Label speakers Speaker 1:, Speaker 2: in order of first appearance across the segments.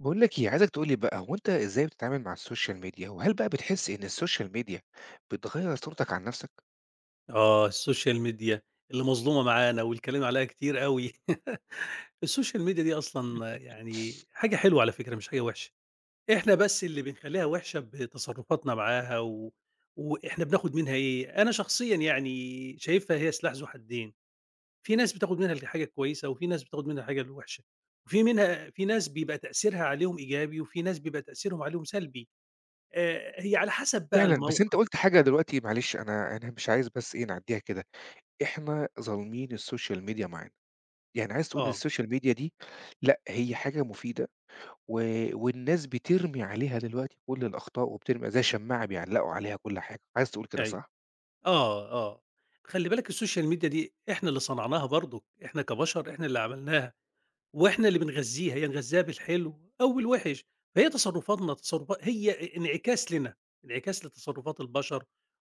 Speaker 1: باقول لك إيه، عايزك تقول لي بقى هو أنت إزاي بتتعامل مع السوشيال ميديا، وهل بقى بتحس إن السوشيال ميديا بتغيّر صورتك عن نَفْسك؟
Speaker 2: آه، السوشيال ميديا اللي مظلومة معانا والكلام عليها كتير أوي. السوشيال ميديا دي أصلًا يعني حاجة حلوة على فكرة مش حاجة وحشة، إحنا بس اللي بنخلّيها وحشة بتصرفاتنا معاها وإحنا بناخد منها إيه، أنا شخصيًا يعني شايفها هي سلاح ذو حدين، في ناس بتاخد منها الحاجة الكويسة وفي ناس بتاخد منها الحاجة الوحشة، وفي منها في ناس بيبقى تأثيرها عليهم إيجابي وفي ناس بيبقى تأثيرهم عليهم سلبي، هي على حسب بقى
Speaker 1: فعلًا، بس أنت
Speaker 2: الموقف.
Speaker 1: قُلت حاجة دلوقتي معلش أنا مش عايز بس إيه نعدّيها كده، إحنا ظالمين السوشيال ميديا معانا، يعني عايز تقول إن
Speaker 2: آه،
Speaker 1: السوشيال ميديا دي لأ، هي حاجة مفيدة و والناس بترمي عليها دلوقتي كل الأخطاء وبترمي زي شماعة بيعلّقوا عليها كل حاجة، عايز تقول كده
Speaker 2: أيوه.
Speaker 1: صح؟
Speaker 2: آه، آه. خلّي بالك السوشيال ميديا دي إحنا اللي صنعناها برضه، إحنا كبشر إحنا اللي عملناها. وإحنا اللي بنغذّيها، يا نغذّيها بالحلو أو بالوِحِش، فهي تصرُّفاتنا تصرُّفا هي انعكاس لنا، انعكاس لتصرُّفات البشر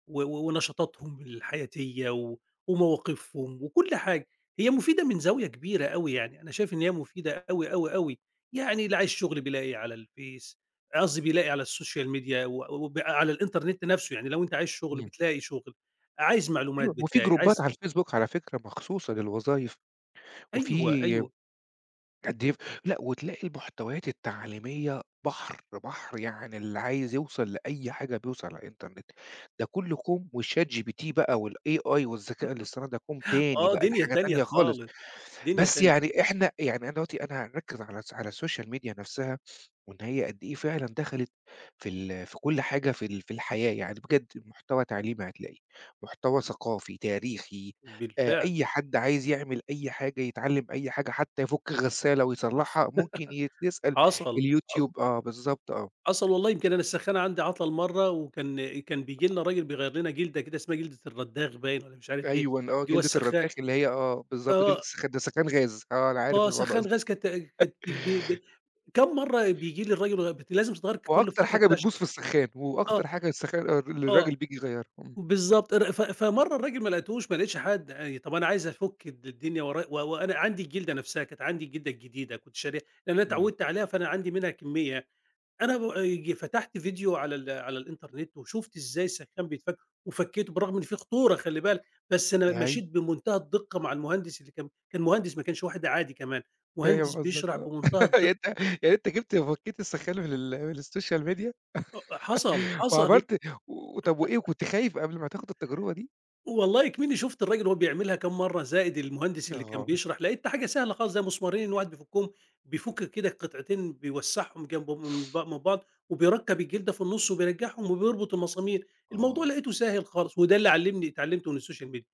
Speaker 2: و و ونشاطاتهم الحياتية ومواقفهم وكل حاجة، هي مفيدة من زاوية كبيرة أوي يعني، أنا شايف إن هي مفيدة أوي، أوي، أوي، يعني اللي عايز شُغل بيلاقي على الفيس، قصدي بيلاقي على السوشيال ميديا و وب على الإنترنت نَفْسه، يعني لو أنت عايز شُغل
Speaker 1: إمم.
Speaker 2: بتلاقي شُغل، عايز معلومات
Speaker 1: أيوه، وفي
Speaker 2: بتلاقي،
Speaker 1: جروبات
Speaker 2: عايز
Speaker 1: على الفيسبوك على فكرة مخصوصة للوظايف،
Speaker 2: أيوه،
Speaker 1: وفي
Speaker 2: أيوه،
Speaker 1: قد إيه لأ، وتلاقي المحتويات التعليمية بحر، بحر، يعني اللي عايز يوصل لأي حاجة بيوصل على الإنترنت، ده كله كُم، وChatGPT بقى والAI والذكاء الاصطناعي ده كُم تاني
Speaker 2: آه،
Speaker 1: بقى، ده
Speaker 2: دنيا
Speaker 1: حاجة
Speaker 2: تانية
Speaker 1: تانية خالص.
Speaker 2: خالص، دنيا
Speaker 1: بس
Speaker 2: تانية.
Speaker 1: يعني إحنا يعني أنا دلوقتي أنا هاركّز على السوشيال ميديا نَفْسها، وإن هي قد إيه فعلًا دخلِت في كل حاجة في الحياة، يعني بجد محتوى تعليمي هتلاقيه، محتوى ثقافي، تاريخي،
Speaker 2: بالفعل،
Speaker 1: أي حد عايز يعمل أي حاجة، يتعلّم أي حاجة، حتى يفُك غسالة ويصلّحها، ممكن يسأل
Speaker 2: حصل، حصل،
Speaker 1: اليوتيوب آه، بالضبط آه.
Speaker 2: حصل والله، يمكن أنا السخانة عندي عطلة لمَرّة وكان كان بييجي لنا راجل بيغيّر لنا جلدة كده اسمها جلدة الردّاغ باين والّا مش عارف إيه،
Speaker 1: أيوًا آه،
Speaker 2: جوّه
Speaker 1: جلدة
Speaker 2: السخان.
Speaker 1: الردّاخ اللي هي آه، بالضبط جلدة
Speaker 2: آه،
Speaker 1: السخان، ده سخان غاز، آه أنا عارف
Speaker 2: آه،
Speaker 1: الوضع ده.
Speaker 2: سخان غاز كانت كانت ب ب ب كام مرّة بييجي لي الراجل غ بت لازم تتغيّر كل
Speaker 1: وأكتر
Speaker 2: فترة
Speaker 1: حاجة
Speaker 2: كده عشان
Speaker 1: بتبوظ في السخان،
Speaker 2: آه،
Speaker 1: وأكتر حاجة السخان آه، اللي
Speaker 2: آه،
Speaker 1: الراجل بييجي يغيّرها. إمم.
Speaker 2: بالضبط. ر ف فمَرّة الراجل ما لقيتهوش، ما لقيتش حد آي، طَب أنا عايز أفُك الدنيا ورا، وأنا عندي الجلدة نَفْسها، كانت عندي الجلدة الجديدة كنت شاريها، لإن أنا
Speaker 1: إمم.
Speaker 2: اتعوّدت عليها فأنا عندي منها كمّية. أنا ب ج فتحت فيديو على على الإنترنت وشُفت إزاي السخّان بيتفك وفكّيته، بالرغم إن في خطورة خلّي بالك، بس أنا
Speaker 1: أيوه،
Speaker 2: مشيت بمنتهى الدقة مع المهندس اللي كان مهندس، ما كانش واحد عادي كمان، مهندس
Speaker 1: فاهم قصدك
Speaker 2: بيشرح
Speaker 1: آه.
Speaker 2: بمنتهى
Speaker 1: يعني
Speaker 2: الدقة.
Speaker 1: أنت يعني أنت جِبت فكّيت السخّان من السوشيال ميديا
Speaker 2: حصل، حصل.
Speaker 1: وعملت و طب وإيه وكنت خايف قبل ما تاخُد التجربة دي؟
Speaker 2: والله إكمنّي شُفت الراجل وهو بيعملها كام مرّة، زائد المهندس اللي كان
Speaker 1: آه،
Speaker 2: بيشرح، لقيتها حاجة سهلة خالص، زي مسمارين الواحد بيفكّهم، بيفُك كده قطعتين بيوسّعهم جنب من بعض، وبيركّب الجلدة في النُص وبيرجّعهم وبيربط المسامير، الموضوع
Speaker 1: آه،
Speaker 2: لقيته سهل خالص، وده اللي اتعلّمته من السوشيال ميديا.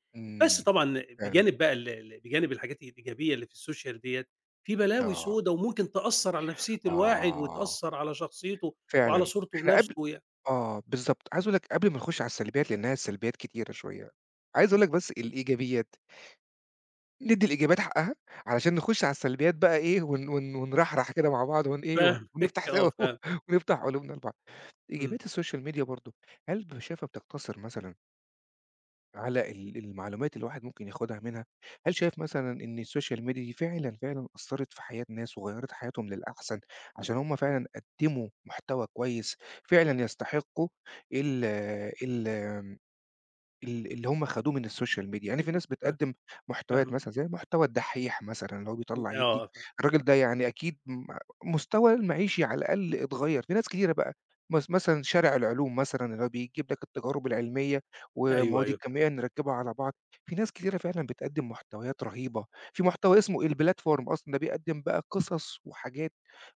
Speaker 2: بس
Speaker 1: إمم.
Speaker 2: طبعًا
Speaker 1: فعلًا،
Speaker 2: بجانب بقى ال ال بجانب الحاجات الإيجابية اللي في السوشيال ديّة، في بلاوي
Speaker 1: آه،
Speaker 2: سودا وممكن تأثّر على نفسية الواحد
Speaker 1: آه،
Speaker 2: وتأثّر على شخصيته وعلى
Speaker 1: فعلًا.
Speaker 2: صورته
Speaker 1: إحنا
Speaker 2: بنفسه
Speaker 1: قبل آه، بالضبط. عايز أقول لك قبل ما نخُش على السلبيات لإنّها السلبيات كتيرة شوية، عايز أقول لك بس الإيجابيات، ندّي الإيجابيات حقّها علشان نخُش على السلبيات بقى إيه ون ون ونرحرح كده مع بعض ون إيه ون
Speaker 2: فاهمِك.
Speaker 1: ونفتح
Speaker 2: آه،
Speaker 1: سوا
Speaker 2: فاهم،
Speaker 1: ونفتح قلوبنا لبعض.
Speaker 2: إمم،
Speaker 1: إيجابيات السوشيال ميديا برضه، هل شايفها بتقتصر مثلًا على ال المعلومات اللي الواحد ممكن ياخدها منها؟ هل شايف مثلًا إن السوشيال ميديا دي فعلًا، فعلًا أثّرت في حياة ناس وغيّرت حياتهم للأحسن، عشان هم فعلًا قدّموا محتوى كويس، فعلًا يستحقوا ال ال ال اللي هم خدوه من السوشيال ميديا، يعني في
Speaker 2: إمم،
Speaker 1: ناس
Speaker 2: فاه
Speaker 1: بتقدّم محتويات
Speaker 2: فاهمِك.
Speaker 1: مثلًا زي محتوى الدحّيح مثلًا اللي هو
Speaker 2: إمم،
Speaker 1: بيطلّع يدّي،
Speaker 2: آه،
Speaker 1: الراجل ده يعني أكيد مستواه المعيشي على الأقل اتغيّر، في ناس كتيرة بقى مثلًا شارع العلوم مثلًا اللي هو بيجيب لك التجارب العلمية
Speaker 2: أيوه،
Speaker 1: والمواد
Speaker 2: أيوه فاهم،
Speaker 1: الكيميائية نركّبها على بعض، في ناس كتيرة فعلًا بتقدّم محتويات رهيبة، في محتوى اسمه البلاتفورم أصلًا ده بيقدّم بقى قصص وحاجات،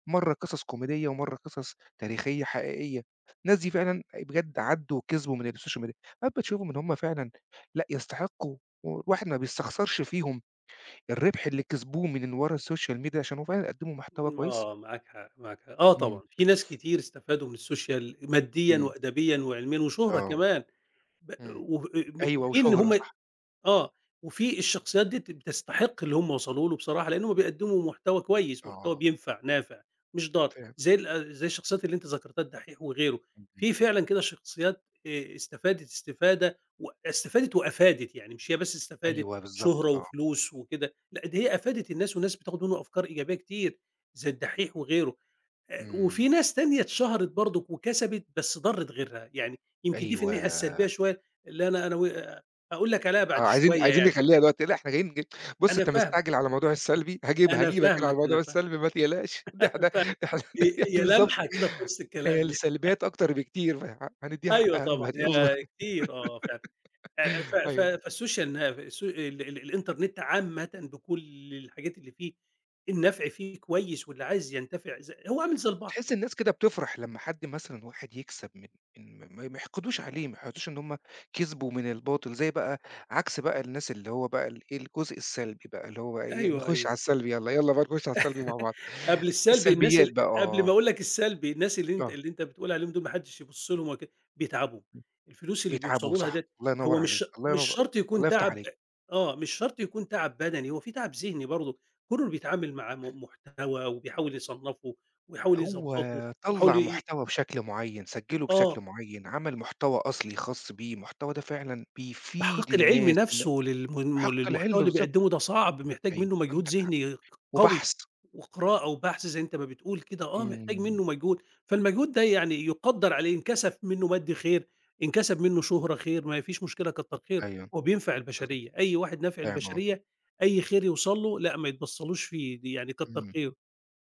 Speaker 1: مرّة قصص كوميدية ومرّة قصص تاريخية حقيقية، الناس دي فعلًا بجد عدّوا وكسبوا من السوشيال ميديا. ساعات بتشوفهم إن هُم فعلًا لأ، يستحقوا والواحد ما بيستخسرش فيهم الربح اللي كسبوه من ورا السوشيال ميديا عشان هو فعلًا قدّموا محتوى كويس؟
Speaker 2: آه، معاك حق، معاك حق، آه
Speaker 1: إمم.
Speaker 2: طبعًا، في ناس كتير استفادوا من السوشيال ماديًا
Speaker 1: إمم.
Speaker 2: وأدبيًا وعلميًا وشهرة
Speaker 1: آه.
Speaker 2: كمان، ب
Speaker 1: إمم.
Speaker 2: وب
Speaker 1: أيوه
Speaker 2: وفي إن
Speaker 1: وشهرة،
Speaker 2: هم
Speaker 1: صح.
Speaker 2: آه، وفي الشخصيات ديّة بتستحق اللي هم وصلوا له بصراحة، لأنهم بيقدموا محتوى كويس، محتوى
Speaker 1: آه.
Speaker 2: بينفع، نافع، مش ضار،
Speaker 1: فاهم.
Speaker 2: زي آه، زي الشخصيات اللي أنت ذكرتها الدحيح وغيره،
Speaker 1: إمم، إمم.
Speaker 2: في فعلًا كده شخصيات استفادت استفادة و استفادت وأفادت، يعني مش هي بس استفادت
Speaker 1: أيوه بالضبط،
Speaker 2: شهرة
Speaker 1: آه.
Speaker 2: وفلوس وكده، لأ ده هي أفادت الناس والناس بتاخد منه أفكار إيجابية كتير، زي الدحيح وغيره.
Speaker 1: إمم.
Speaker 2: وفي ناس تانية اتشهرت برضه وكسبت بس ضرّت غيرها، يعني يمكن دي في الناحية
Speaker 1: أيوه.
Speaker 2: السلبية شوية اللي أنا أنا و هاقول لك عليها
Speaker 1: آه،
Speaker 2: بعد
Speaker 1: عايزين
Speaker 2: شوية
Speaker 1: عايزين
Speaker 2: يعني،
Speaker 1: نخلّيها دلوقتي، لأ إحنا جايين نج بُص
Speaker 2: أنا
Speaker 1: أنت
Speaker 2: فاهم،
Speaker 1: مستعجل على الموضوع السلبي، هاجيب
Speaker 2: أنا
Speaker 1: هاجيبك أنا على
Speaker 2: فاهمك،
Speaker 1: الموضوع
Speaker 2: أنا فاهم،
Speaker 1: السلبي ما تقلقش، ده
Speaker 2: أنا
Speaker 1: إحنا
Speaker 2: فاهم،
Speaker 1: إحنا
Speaker 2: هي
Speaker 1: يعني
Speaker 2: هي
Speaker 1: بالضبط،
Speaker 2: لمحة كده في وسط
Speaker 1: هي
Speaker 2: الكلام يعني،
Speaker 1: السلبيات أكتر بكتير، فه هندّيها
Speaker 2: أيوه
Speaker 1: حقها
Speaker 2: طبعًا
Speaker 1: دلوقتي، اصبر.
Speaker 2: هي كتير آه فعلًا، ف ف
Speaker 1: أيوه.
Speaker 2: فالسوشيال نا الس ال ال الإنترنت عامةً بكل الحاجات اللي فيه، النفع فيه كويس واللي عايز ينتفع هو عامل زي البحر.
Speaker 1: وتحس الناس كده بتفرح لمّا حد مثلًا واحد يكسب من ما ما يحقدوش عليه، ما يحسدوش إن هم كسبوا من الباطل، زي بقى عكس بقى الناس اللي هو بقى الإيه، الجزء السلبي بقى اللي هو إيه،
Speaker 2: أيوه،
Speaker 1: نخش على
Speaker 2: أيوه.
Speaker 1: السلبي يالّا، يالّا بقى نخش على السلبي مع بعض،
Speaker 2: قبل السلبي الناس
Speaker 1: السلبيات
Speaker 2: ال
Speaker 1: بقى
Speaker 2: قبل ما
Speaker 1: آه،
Speaker 2: أقول لك السلبي، الناس اللي
Speaker 1: آه،
Speaker 2: أنت بتقول عليهم دول ما حدش يبُص لهم ولا كده، بيتعبوا، الفلوس اللي
Speaker 1: بيتعبوا
Speaker 2: بيوصلوا لها
Speaker 1: صح،
Speaker 2: ديّة
Speaker 1: الله ينوّر
Speaker 2: هو
Speaker 1: عليك، الله
Speaker 2: مش
Speaker 1: ينوّر
Speaker 2: شرط
Speaker 1: الله
Speaker 2: يكون
Speaker 1: يفتح
Speaker 2: تعب.
Speaker 1: عليك،
Speaker 2: آه، مش شرط يكون تعب بدني، هو في تعب ذهني برضه، كونه إنه بيتعامل مع محتوى وبيحاول يصنّفه ويحاول
Speaker 1: هو
Speaker 2: يضبّطه ويحاول
Speaker 1: طلّع
Speaker 2: ي
Speaker 1: محتوى بشكل معيّن، سجّله بشكل
Speaker 2: آه.
Speaker 1: معيّن، عمل محتوى أصلي خاص بيه، المحتوى ده فعلًا
Speaker 2: تحقيق
Speaker 1: بيفيد
Speaker 2: العلم
Speaker 1: الناس إن
Speaker 2: نفسه
Speaker 1: حق العلم
Speaker 2: للمحتوى اللي
Speaker 1: بالضبط،
Speaker 2: بيقدمه ده صعب، محتاج
Speaker 1: أيوه
Speaker 2: منه مجهود
Speaker 1: عندك حق،
Speaker 2: ذهني قوي،
Speaker 1: وبحث.
Speaker 2: وقراءة وبحث زي أنت ما بتقول كده، آه محتاج
Speaker 1: إمم،
Speaker 2: منه مجهود، فالمجهود ده يعني يُقدّر عليه، إن كسب منه مادي خير، إن كسب منه شهرة خير، ما فيش مشكلة كتّر خير،
Speaker 1: أيوه،
Speaker 2: هو بينفع
Speaker 1: بالضبط،
Speaker 2: البشرية، أي واحد نافع
Speaker 1: فاهم آه،
Speaker 2: البشرية أي خير يوصل له لأ ما يتبصّلوش فيه، دي يعني كتّر
Speaker 1: إمم،
Speaker 2: خيره،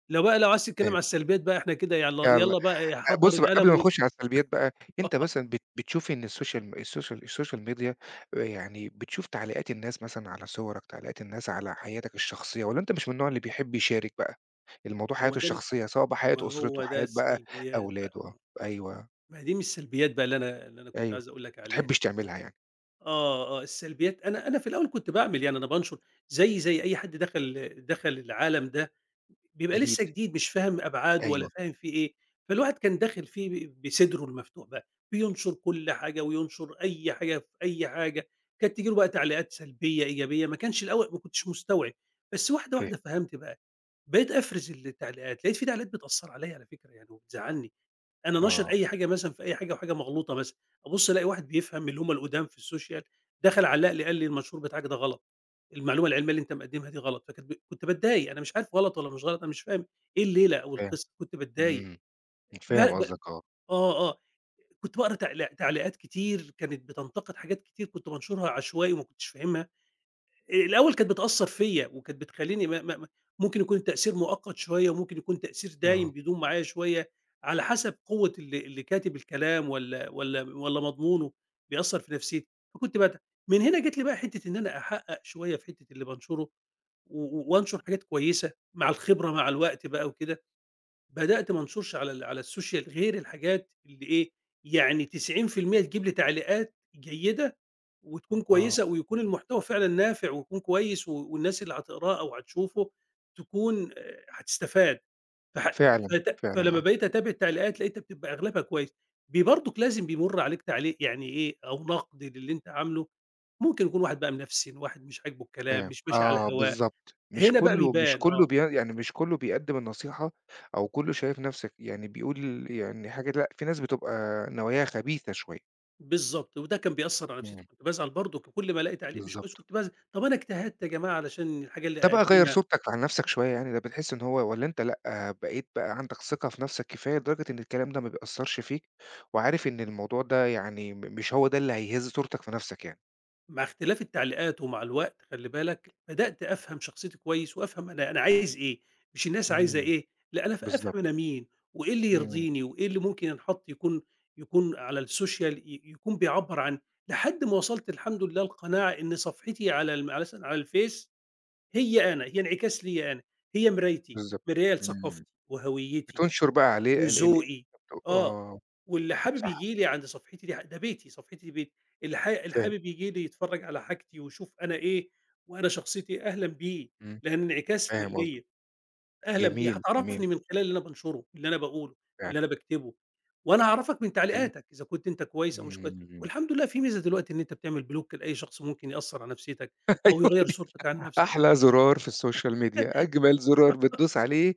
Speaker 2: لو عايز تتكلم
Speaker 1: فاهم،
Speaker 2: على السلبيات بقى إحنا كده يالّا
Speaker 1: يالّا
Speaker 2: يالّا بقى إيه،
Speaker 1: أ
Speaker 2: حضّر
Speaker 1: بُص بقى قبل
Speaker 2: القلم
Speaker 1: ما نخش على السلبيات بقى، أنت مثلًا بتشوف إن السوشيال ميديا يعني بتشوف تعليقات الناس مثلًا على صورك، تعليقات الناس على حياتك الشخصية، والّا أنت مش من النوع اللي بيحب يشارك بقى الموضوع
Speaker 2: هو
Speaker 1: حياته
Speaker 2: ده م
Speaker 1: الشخصية، سواء بقى حياة
Speaker 2: ما هو
Speaker 1: أسرته،
Speaker 2: ده
Speaker 1: حياة بقى
Speaker 2: السلبيات
Speaker 1: أولاده
Speaker 2: بقى.
Speaker 1: آه، أيوه،
Speaker 2: ما هي دي من السلبيات بقى اللي أنا كنت
Speaker 1: أيوه، ما
Speaker 2: عايز أقول لك عليها.
Speaker 1: بتحبش تعملها يعني،
Speaker 2: آه، آه، السلبيات أنا أنا في الأول كنت باعمل يعني أنا بانشر زيي زي أي حد دخل العالم ده، بيبقى
Speaker 1: جديد،
Speaker 2: لسه جديد مش فاهم أبعاده ولا
Speaker 1: أيوه،
Speaker 2: فاهم فيه إيه، فالواحد كان داخل فيه بصدره المفتوح بقى، بينشر كل حاجة وينشر أي حاجة في أي حاجة، كانت تيجي له بقى تعليقات سلبية، إيجابية، ما كانش الأول ما كنتش مستوعب، بس واحدة
Speaker 1: فاهم،
Speaker 2: واحدة فهمت بقى، بقيت أفرز التعليقات، لقيت في تعليقات بتأثّر عليَّ على فكرة يعني وبتزعلني. أنا ناشر
Speaker 1: آه،
Speaker 2: أي حاجة مثلًا في أي حاجة وحاجة مغلوطة مثلًا، أبُص ألاقي واحد بيفهم من اللي هُم القدام في السوشيال، دخل علّق لي قال لي: "المنشور بتاعك ده غلط، المعلومة العلمية اللي أنت مقدمها دي غلط." فكانت ب كنت باتضايق، أنا مش عارف غلط والّا مش غلط، أنا مش فاهم إيه الليلة أو
Speaker 1: فاهم،
Speaker 2: القصة، كنت باتضايق.
Speaker 1: إمم،
Speaker 2: ب
Speaker 1: فاهم
Speaker 2: ب
Speaker 1: قصدك آه،
Speaker 2: آه، آه، كنت باقرا تعليقات كتير كانت بتنتقد حاجات كتير كنت بانشرها عشوائي وما كنتش فاهمها. الأول كانت بتأثّر فيّا، وكانت بتخلّيني ما ما ما ممكن يكون التأثير مؤقت شوية، وممكن يكون تأثير دايم
Speaker 1: آه،
Speaker 2: بيدوم معايا شوية، على حسب قوة اللي كاتب الكلام والّا مضمونه بيأثّر في نفسيتي، فكنت بت من هنا جات لي بقى حتّة إن أنا أحقق شوية في حتّة اللي بانشره، و و وأنشر حاجات كويسة مع الخبرة مع الوقت بقى وكده. بدأت ما انشرش على على السوشيال غير الحاجات اللي إيه، يعني 90% تجيب لي تعليقات جيدة وتكون
Speaker 1: آه،
Speaker 2: كويسة ويكون المحتوى فعلًا نافع ويكون كويس والناس اللي هتقراه أو هتشوفه تكون هتستفاد، فح
Speaker 1: فعلًا،
Speaker 2: فت
Speaker 1: فعلًا
Speaker 2: فلمّا
Speaker 1: آه.
Speaker 2: بقيت أتابع التعليقات لقيتها بتبقى أغلبها كويس. برضك لازم بيمُر عليك تعليق يعني إيه، أو نقد للي أنت عامله، ممكن يكون واحد بقى منفسن، واحد مش عاجبه الكلام،
Speaker 1: فاهم،
Speaker 2: مش ماشي على
Speaker 1: آه
Speaker 2: هواه،
Speaker 1: بالضبط، مش
Speaker 2: هنا بقى
Speaker 1: كلّه مش
Speaker 2: بيبان
Speaker 1: كلّه
Speaker 2: آه.
Speaker 1: يعني مش كلّه بيقدّم النصيحة أو كلّه شايف نَفْسك يعني بيقول يعني حاجة لأ، في ناس بتبقى نواياها خبيثة شوية.
Speaker 2: بالضبط، وده كان بيأثّر على
Speaker 1: إمم،
Speaker 2: نفسيتي، كنت بازعل برضه كل ما الاقي تعليق مش كويس
Speaker 1: بالضبط.
Speaker 2: كنت بازعل، طَب أنا اجتهدت يا جماعة علشان الحاجة
Speaker 1: ده
Speaker 2: اللي
Speaker 1: بقى غيّر
Speaker 2: أقدّمها،
Speaker 1: صورتك عن نَفْسك شوية يعني، ده بتحس إن هو والّا أنت لأ، بقيت بقى عندك ثقة في نَفْسك كفاية لدرجة إن الكلام ده ما بيأثّرش فيك، وعارف إن الموضوع ده يعني مش هو ده اللي هيهِز صورتك في نَفْسك يعني؟
Speaker 2: مع اختلاف التعليقات ومع الوقت خلّي بالك، بدأت أفهم شخصيتي كويس وأفهم أنا عايز إيه، مش الناس عايزة
Speaker 1: إمم،
Speaker 2: إيه، لأ أنا أفهم
Speaker 1: بالضبط،
Speaker 2: أنا مين، وإيه اللي
Speaker 1: إمم.
Speaker 2: يرضيني، وإيه اللي ممكن ينحط يكون على السوشيال يكون بيعبّر عن لحد ما وصلت الحمد لله لقناعة إن صفحتي على على مثلًا على الفيس هي أنا، هي انعكاس ليّا أنا، هي مرايتي،
Speaker 1: بالضبط،
Speaker 2: مراية
Speaker 1: إمم،
Speaker 2: لثقافتي وهويتي.
Speaker 1: بتنشر بقى عليه ال ال
Speaker 2: وذوقي، آه،
Speaker 1: آه،
Speaker 2: واللي حابب
Speaker 1: صح،
Speaker 2: ييجي لي عند صفحتي دي ده بيتي، صفحتي دي بيتي، اللي
Speaker 1: فاهم.
Speaker 2: حابب ييجي لي يتفرّج على حاجتي ويشوف أنا إيه وأنا شخصيتي إيه، أهلًا بيه،
Speaker 1: إمم،
Speaker 2: لأن انعكاس
Speaker 1: فاهم قصدك،
Speaker 2: ليّا، أهلًا بيه،
Speaker 1: جميل، جميل
Speaker 2: هتعرفني من خلال اللي أنا بانشره، اللي أنا باقوله،
Speaker 1: فعلًا،
Speaker 2: اللي أنا باكتبه، وأنا هاعرفك من
Speaker 1: حلو،
Speaker 2: تعليقاتك إذا كنت أنت كويس أو مش كويس،
Speaker 1: إمم،
Speaker 2: والحمد لله في ميزة دلوقتي إن أنت بتعمل بلوك لأي شخص ممكن يأثّر على نفسيتك أو
Speaker 1: أيوه
Speaker 2: يغيّر
Speaker 1: دي
Speaker 2: صورتك عن نفسك.
Speaker 1: أحلى زرار في السوشيال ميديا، أجمل زرار بتدوس عليه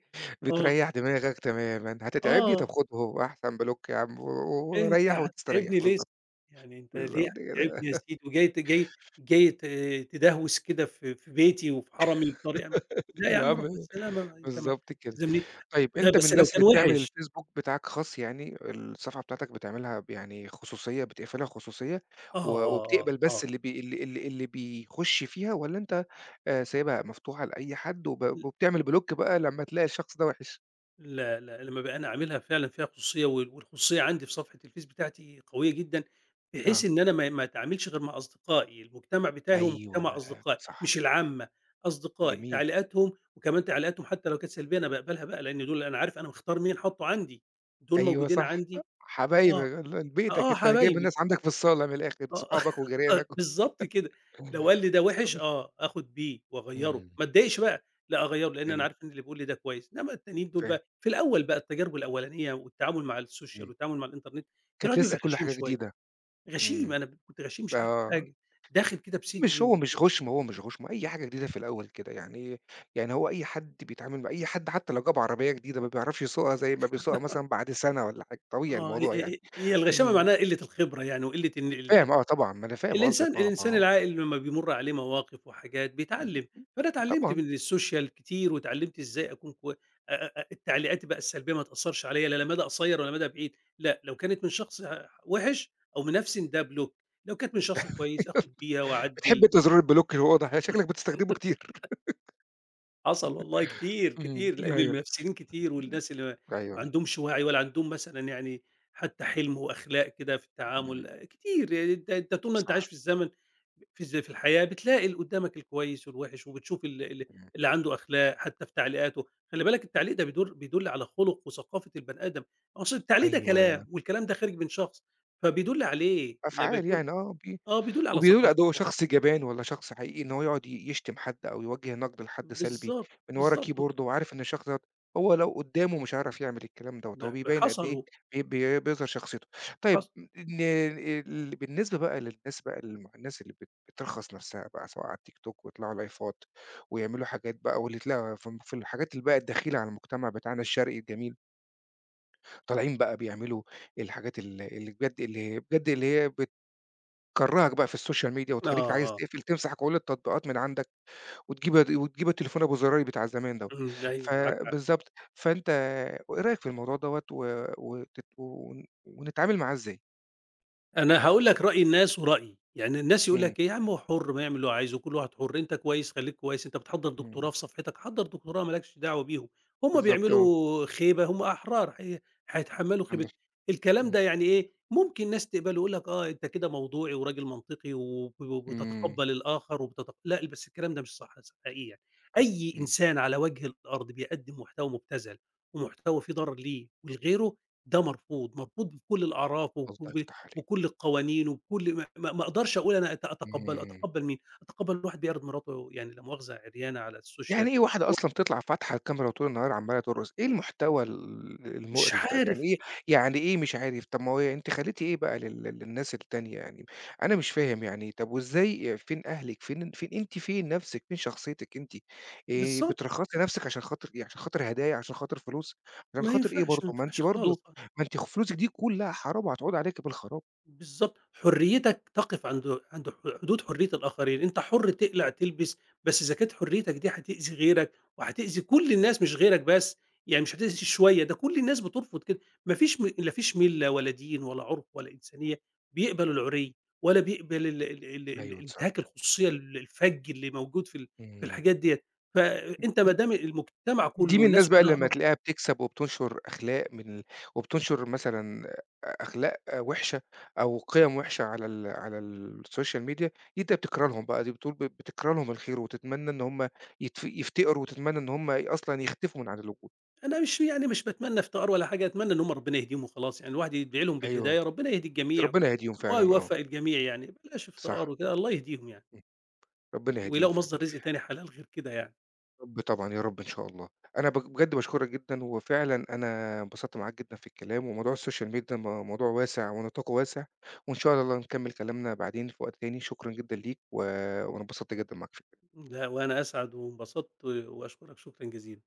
Speaker 2: آه،
Speaker 1: بتريّح دماغك تمامًا، هتتعبني طب
Speaker 2: آه.
Speaker 1: خده أهو أحسن بلوك يا عم و و
Speaker 2: أنت
Speaker 1: وريّح
Speaker 2: هتتعبني
Speaker 1: وتستريّح،
Speaker 2: ليه؟
Speaker 1: بالضبط،
Speaker 2: يعني أنت ليه
Speaker 1: بالضبط
Speaker 2: هتتعبني
Speaker 1: كده.
Speaker 2: يا سيدي وجاي جاي جاي ت تدهوس كده في في بيتي وفي حرمي بطريقة، لا يا
Speaker 1: يا
Speaker 2: عم
Speaker 1: عم
Speaker 2: روح بالسلامة أنت ما
Speaker 1: بالضبط كده.
Speaker 2: تلزمني.
Speaker 1: طيب
Speaker 2: ده
Speaker 1: أنت من
Speaker 2: بس لو
Speaker 1: الناس
Speaker 2: كان
Speaker 1: اللي بتعمل
Speaker 2: وِحِش.
Speaker 1: الفيسبوك بتاعك خاص يعني، الصفحة بتاعتك بتعملها يعني خصوصية بتقفلها خصوصية
Speaker 2: آه، آه، آه،
Speaker 1: وبتقبل بس
Speaker 2: آه.
Speaker 1: اللي بي اللي اللي اللي بيخُش فيها والّا أنت سايبها مفتوحة لأي حد وبتعمل بلوك بقى لمّا تلاقي الشخص ده وِحِش؟
Speaker 2: لا، لأ، لمّا بقى أنا عاملها فعلًا فيها خصوصية والخصوصية عندي في صفحة الفيس بتاعتي قوية جدًا، بحيث
Speaker 1: آه.
Speaker 2: إن أنا ما أتعاملش غير مع أصدقائي، المجتمع بتاعي هو
Speaker 1: أيوه،
Speaker 2: مجتمع أصدقائي
Speaker 1: صح،
Speaker 2: مش العامة، أصدقائي،
Speaker 1: جميل.
Speaker 2: تعليقاتهم وكمان تعليقاتهم حتى لو كانت سلبية أنا باقبلها بقى، لأن دول أنا عارف أنا مختار مين حاطّه عندي، دول
Speaker 1: أيوه
Speaker 2: موجودين
Speaker 1: صح، أ
Speaker 2: عندي
Speaker 1: حبايبك
Speaker 2: آه،
Speaker 1: ال بيتك،
Speaker 2: آه
Speaker 1: أنت جايب
Speaker 2: حبايبي.
Speaker 1: الناس عندك في الصالة من الآخر،
Speaker 2: آه،
Speaker 1: صحابك وجيرانك
Speaker 2: آه، بالضبط كده،
Speaker 1: و
Speaker 2: لو قال لي ده وِحِش آه، آخُد بيه وأغيّره،
Speaker 1: امم.
Speaker 2: ما اتضايقش بقى، لأ أغيّره لإن أنا
Speaker 1: أيوه،
Speaker 2: عارف إن اللي بيقول لي ده كويس، إنما التانيين دول
Speaker 1: فاهم.
Speaker 2: بقى في الأول بقى التجارب الأولانية والتعامل مع السوشيال
Speaker 1: إمم.
Speaker 2: والتعامل مع الإنترنت، كان
Speaker 1: كانت
Speaker 2: الواحد
Speaker 1: لسه
Speaker 2: بيبقى
Speaker 1: كُلّه
Speaker 2: غشيم
Speaker 1: حاجة
Speaker 2: شوية،
Speaker 1: جديدة.
Speaker 2: غشيم
Speaker 1: إمم.
Speaker 2: أنا كنت غشيم مش عارف
Speaker 1: آه.
Speaker 2: حاجة، داخل كده بصدري
Speaker 1: مش هو مش غُشم، هو مش غُشم، أي حاجة جديدة في الأول كده. يعني يعني هو أي حد بيتعامل مع أي حد حتى لو جاب عربية جديدة ما بيعرفش يسوقها زي ما بيسوقها مثلًا بعد سَنة والّا حاجة، طبيعي
Speaker 2: آه، ه
Speaker 1: الموضوع يعني.
Speaker 2: ه هي الغشامة
Speaker 1: إمم.
Speaker 2: معناها قِلّة الخبرة يعني وقِلّة إن
Speaker 1: فاهم آه طبعًا، ما أنا فاهم
Speaker 2: الإنسان
Speaker 1: قصدك آه، ما هو
Speaker 2: العاقل لمّا بيمُر عليه مواقف وحاجات
Speaker 1: إمم.
Speaker 2: بيتعلّم، فأنا اتعلّمت
Speaker 1: طبعًا.
Speaker 2: من السوشيال كتير واتعلّمت إزاي أكون كوي أ أ أ التعليقات بقى السلبية ما تأثّرش عليّا لا مدى قصيّر ولا مدى بعيد، لأ، لو كانت من شخص وِحِش أو من نَفْسي إن ده بلوك، لو كانت من شخص كويس آخُد بيها
Speaker 1: بتحب
Speaker 2: وأعدِّل.
Speaker 1: أنت زرار البلوك الواضح، شكلك بتستخدمه كتير.
Speaker 2: حصل والله كتير،
Speaker 1: إمم.
Speaker 2: كتير، لإن
Speaker 1: أيوه.
Speaker 2: المنافسين كتير والناس اللي ما
Speaker 1: أيوه.
Speaker 2: عندهمش وعي ولا عندهم مثلًا يعني حتى حِلْم وأخلاق كده في التعامل
Speaker 1: إمم.
Speaker 2: آه، كتير، يعني أنت طول ما أنت
Speaker 1: صح.
Speaker 2: عايش في الزمن في الحياة بتلاقي اللي قدّامك الكويس والوِحِش وبتشوف ال ال
Speaker 1: إمم.
Speaker 2: اللي عنده أخلاق حتى في تعليقاته، خلّي بالك التعليق ده بيدُل على خُلُق وثقافة البني آدم، أصل التعليق ده
Speaker 1: أيوه.
Speaker 2: كلام والكلام ده خارج من شخص، فبيدُل عليه لمّا
Speaker 1: أفعال
Speaker 2: يكون
Speaker 1: يعني آه، ب
Speaker 2: آه، بيدُل على
Speaker 1: وبيقولوا لأ،
Speaker 2: ثقافته
Speaker 1: ده هو
Speaker 2: وعلى
Speaker 1: شخص جبان والّا شخص حقيقي إن هو يقعد يشتم حد أو يوجه نقد لحد سلبي
Speaker 2: بالضبط،
Speaker 1: من ورا
Speaker 2: بالضبط،
Speaker 1: كيبورده وعارف إن الشخص دوّة هو لو قدّامه مش هيعرف يعمل الكلام دوّة،
Speaker 2: ب
Speaker 1: هو
Speaker 2: ب
Speaker 1: بيبيّن قد
Speaker 2: حصل
Speaker 1: إيه بي بي بيظهر شخصيته. طيب
Speaker 2: حصل
Speaker 1: ن ال بالنسبة بقى للناس بقى الم الناس اللي بترخص نَفْسها بقى سواء على التيك توك ويطلعوا لايفات ويعملوا حاجات بقى واللي تلاقي في الحاجات اللي بقى الدخيلة على المجتمع بتاعنا الشرقي الجميل، طالعين بقى بيعملوا الحاجات ال اللي بجد اللي هي بجد اللي هي تكرّهك بقى في السوشيال ميديا
Speaker 2: آه،
Speaker 1: وتخلّيك عايز
Speaker 2: آه.
Speaker 1: تقفل تمسح كل التطبيقات من عندك وتجيب التليفون أبو زراير بتاع زمان دوّة.
Speaker 2: اهم، أيوه معاك.
Speaker 1: فبالضبط، فأنت وإيه رأيك في الموضوع دوّة و وتت ون ونتعامل معاه إزاي؟
Speaker 2: أنا هاقول لك رأي الناس ورأيي، يعني الناس يقول
Speaker 1: إمم،
Speaker 2: لك إيه: "يا عم هو حُر ما يعمل اللي هو عايزه، كل واحد حُر، أنت كويس خلّيك كويس، أنت بتحضّر
Speaker 1: إمم،
Speaker 2: دكتوراه في صفحتك حضّر دكتوراه ما لكش دعوة بيهم، هم
Speaker 1: بالضبط آه،
Speaker 2: بيعملوا خيبة، هم أحرار هي هيتحمّلوا خيبة."
Speaker 1: عندك
Speaker 2: الكلام
Speaker 1: إمم،
Speaker 2: ده يعني إيه، ممكن ناس تقبله يقول لك آه، أنت كده موضوعي وراجل منطقي
Speaker 1: إمم،
Speaker 2: وبتتقبّل الآخر لأ، بس الكلام ده مش صح حقيقي يعني.
Speaker 1: أيوه،
Speaker 2: أي
Speaker 1: إمم،
Speaker 2: إنسان على وجه الأرض بيقدّم محتوى مبتذل ومحتوى فيه ضرر ليه ولغيره، ده مرفوض، مرفوض بكل الأعراف
Speaker 1: الله يفتح عليك،
Speaker 2: بكل القوانين وبكل ما ما ما اقدرش اقول انا اتقبله،
Speaker 1: إمم.
Speaker 2: اتقبل مين؟ اتقبل واحد بيعرض مراته يعني لا مؤاخذه عريانه على السوشيال
Speaker 1: يعني إيه واحدة أصلًا بتطلع فاتحة الكاميرا طول النهار عمّالة ترقص، إيه المحتوى ال
Speaker 2: مش
Speaker 1: المقرف ده، يعني
Speaker 2: عارف
Speaker 1: إيه
Speaker 2: إيه.
Speaker 1: يعني إيه مش عارف، طب ما هو أنتِ خليتِ إيه بقى للناس التانية يعني، أنا مش فاهم يعني، طب وإزاي فين أهلِك، فين أنتِ فين نَفْسِك، فين شخصيتِك أنتِ،
Speaker 2: بالظبط،
Speaker 1: بترخّصي نَفْسِك عشان خاطر إيه، عشان خاطر هدايا، عشان خاطر فلوس، عشان
Speaker 2: ما
Speaker 1: خاطر إيه
Speaker 2: ينفعش، ما
Speaker 1: برضه، ما أنتِ
Speaker 2: ينفعش خالص.
Speaker 1: برضه ما أنتِ خ فلوسِك دي كلّها حرام وهتعود عليكِ بالخراب.
Speaker 2: بالضبط، حريتك تقف عند عند ح حدود حرية الآخرين، أنت حُر تقلع، تلبس، بس إذا كانت حريتك دي هتأذي غيرك وهتأذي كل الناس مش غيرك بس، يعني مش هتأذي شوية، ده كل الناس بترفض كده، ما فيش م لا فيش مِلّة ولا دين ولا عُرف ولا إنسانية بيقبل العُري ولا بيقبل ال ال ال ال
Speaker 1: أيوه صح،
Speaker 2: انتهاك الخصوصية الفَج اللي موجود في في
Speaker 1: إمم.
Speaker 2: الحاجات ديّة، فأنت ما دام المجتمع
Speaker 1: دي
Speaker 2: كُلّه
Speaker 1: من
Speaker 2: والناس
Speaker 1: الناس بقى اللي
Speaker 2: كُلّها
Speaker 1: لمّا تلاقيها بتكسب وبتنشر أخلاق من ال وبتنشر مثلًا أخلاق وِحشة أو قِيَم وِحشة على السوشيال ميديا، دي أنت بتكره لهم بقى، دي بتقول بتكره لهم الخير وتتمنى إن هم يفتقروا وتتمنى إن هم أصلًا يختفوا من عن الوجود.
Speaker 2: أنا مش باتمنى إفتقار ولا حاجة، أتمنى إن هم ربنا يهديهم وخلاص، يعني الواحد يدعي لهم
Speaker 1: أيوه،
Speaker 2: بالهداية، ربنا يهدي الجميع
Speaker 1: ربنا يهديهم فعلًا آه،
Speaker 2: ويوفّق الجميع يعني، بلاش إفتقار
Speaker 1: صح،
Speaker 2: وكده، الله يهديهم يعني،
Speaker 1: إمم، ربنا يهديهم
Speaker 2: ويلاقوا
Speaker 1: فعلًا.
Speaker 2: مصدر رزق تاني حلال غير كده يعني.
Speaker 1: رب طبعًا، يا رب إن شاء الله. أنا بجد باشكرك جدًا، وفعلًا أنا انبسطت معاك جدًا في الكلام، وموضوع السوشيال ميديا موضوع واسع ونطاقه واسع، وإن شاء الله نكمّل كلامنا بعدين في وقت تاني. شكرًا جدًا ليك، و وأنا انبسطت جدًا معاك.
Speaker 2: لأ، وأنا أسعد وانبسطت وأشكرك شكرًا جزيلًا.